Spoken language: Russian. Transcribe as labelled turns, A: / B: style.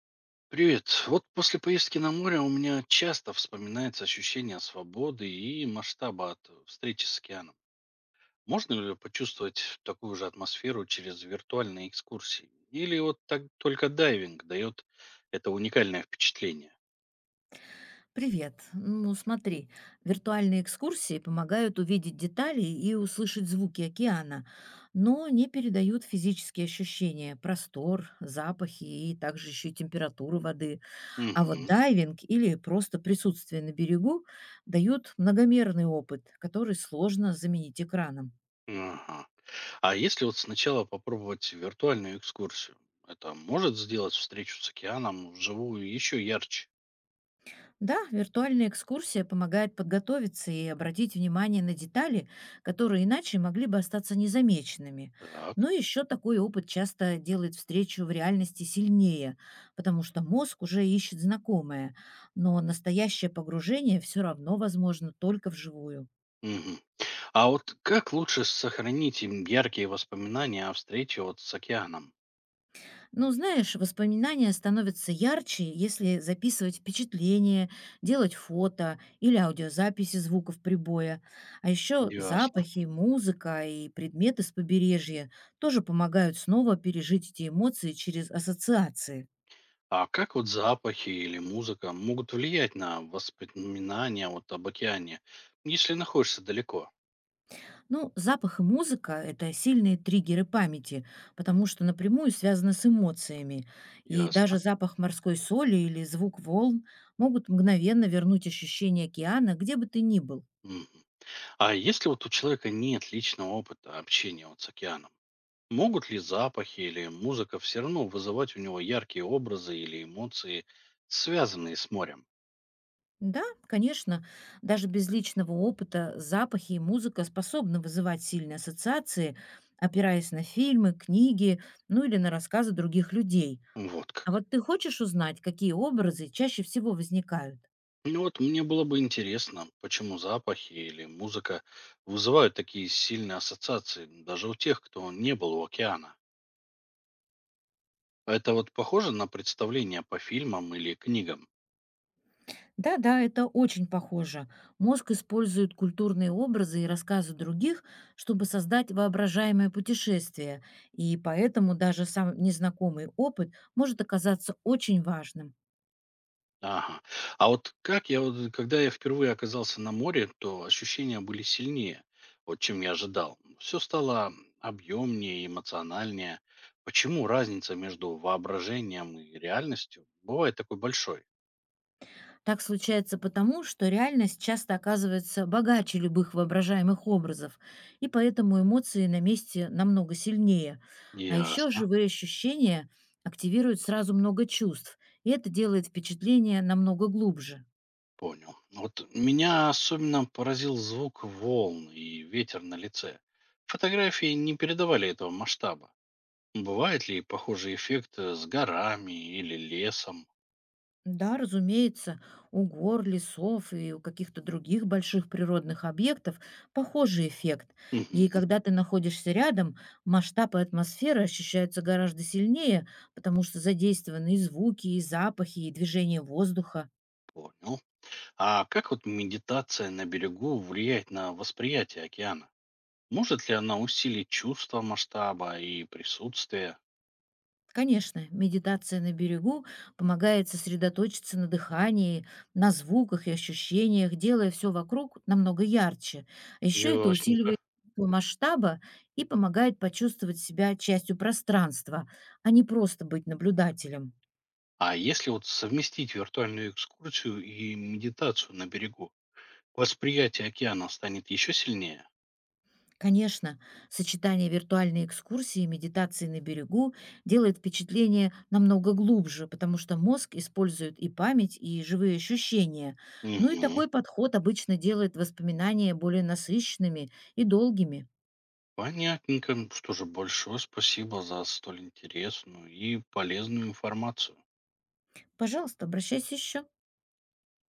A: Привет. Вот после поездки на море у меня часто вспоминается ощущение свободы и масштаба от встречи с океаном. Можно ли почувствовать такую же атмосферу через виртуальные экскурсии? Или вот так только дайвинг дает это уникальное впечатление?
B: Привет. Ну, смотри, виртуальные экскурсии помогают увидеть детали и услышать звуки океана, но не передают физические ощущения, простор, запахи и также еще и температуру воды. А вот
A: Мгм.
B: дайвинг или просто присутствие на берегу дают многомерный опыт, который сложно заменить экраном.
A: Ага. А если вот сначала попробовать виртуальную экскурсию, это может сделать встречу с океаном вживую еще ярче?
B: Да, виртуальная экскурсия помогает подготовиться и обратить внимание на детали, которые иначе могли бы остаться незамеченными.
A: Так.
B: Но еще такой опыт часто делает встречу в реальности сильнее, потому что мозг уже ищет знакомое, но настоящее погружение все равно возможно только вживую.
A: Мгм. А вот как лучше сохранить им яркие воспоминания о встрече вот с океаном?
B: Ну, знаешь, воспоминания становятся ярче, если записывать впечатления, делать фото или аудиозаписи звуков прибоя. А еще
A: Ясно.
B: запахи, музыка и предметы с побережья тоже помогают снова пережить эти эмоции через ассоциации.
A: А как вот запахи или музыка могут влиять на воспоминания вот об океане, если находишься далеко?
B: Ну, запах и музыка – это сильные триггеры памяти, потому что напрямую связаны с эмоциями. И даже
A: Ясно.
B: запах морской соли или звук волн могут мгновенно вернуть ощущение океана, где бы ты ни был.
A: Мгм. А если вот у человека нет личного опыта общения вот с океаном, могут ли запахи или музыка все равно вызывать у него яркие образы или эмоции, связанные с морем?
B: Да, конечно, даже без личного опыта запахи и музыка способны вызывать сильные ассоциации, опираясь на фильмы, книги, ну или на рассказы других людей.
A: Вот
B: А
A: как.
B: вот ты хочешь узнать, какие образы чаще всего возникают?
A: Ну вот мне было бы интересно, почему запахи или музыка вызывают такие сильные ассоциации даже у тех, кто не был у океана. Это вот похоже на представление по фильмам или книгам.
B: Да-да, это очень похоже. Мозг использует культурные образы и рассказы других, чтобы создать воображаемое путешествие, и поэтому даже сам незнакомый опыт может оказаться очень важным.
A: Ага. А вот как я вот, когда я впервые оказался на море, то ощущения были сильнее, вот чем я ожидал. Все стало объемнее, эмоциональнее. Почему разница между воображением и реальностью бывает такой большой?
B: Так случается потому, что реальность часто оказывается богаче любых воображаемых образов, и поэтому эмоции на месте намного сильнее. А еще
A: Ясно.
B: живые ощущения активируют сразу много чувств, и это делает впечатление намного глубже.
A: Понял. Ну вот меня особенно поразил звук волн и ветер на лице. Фотографии не передавали этого масштаба. Бывает ли похожий эффект с горами или лесом?
B: Да, разумеется, у гор, лесов и у каких-то других больших природных объектов похожий эффект. И
A: Мгм,
B: когда ты находишься рядом, масштаб и атмосфера ощущаются гораздо сильнее, потому что задействованы и звуки, и запахи, и движение воздуха.
A: понял. А как вот медитация на берегу влияет на восприятие океана? Может ли она усилить чувство масштаба и присутствие?
B: Конечно, медитация на берегу помогает сосредоточиться на дыхании, на звуках и ощущениях, делая все вокруг намного ярче. Еще это
A: Ясненько.
B: усиливает чувство масштаба и помогает почувствовать себя частью пространства, а не просто быть наблюдателем.
A: А если вот совместить виртуальную экскурсию и медитацию на берегу, восприятие океана станет еще сильнее?
B: Конечно, сочетание виртуальной экскурсии и медитации на берегу делает впечатление намного глубже, потому что мозг использует и память, и живые ощущения. Ну и
A: Мгм.
B: такой подход обычно делает воспоминания более насыщенными и долгими.
A: Понятненько. Ну, что же, большое спасибо за столь интересную и полезную информацию.
B: Пожалуйста, обращайся еще.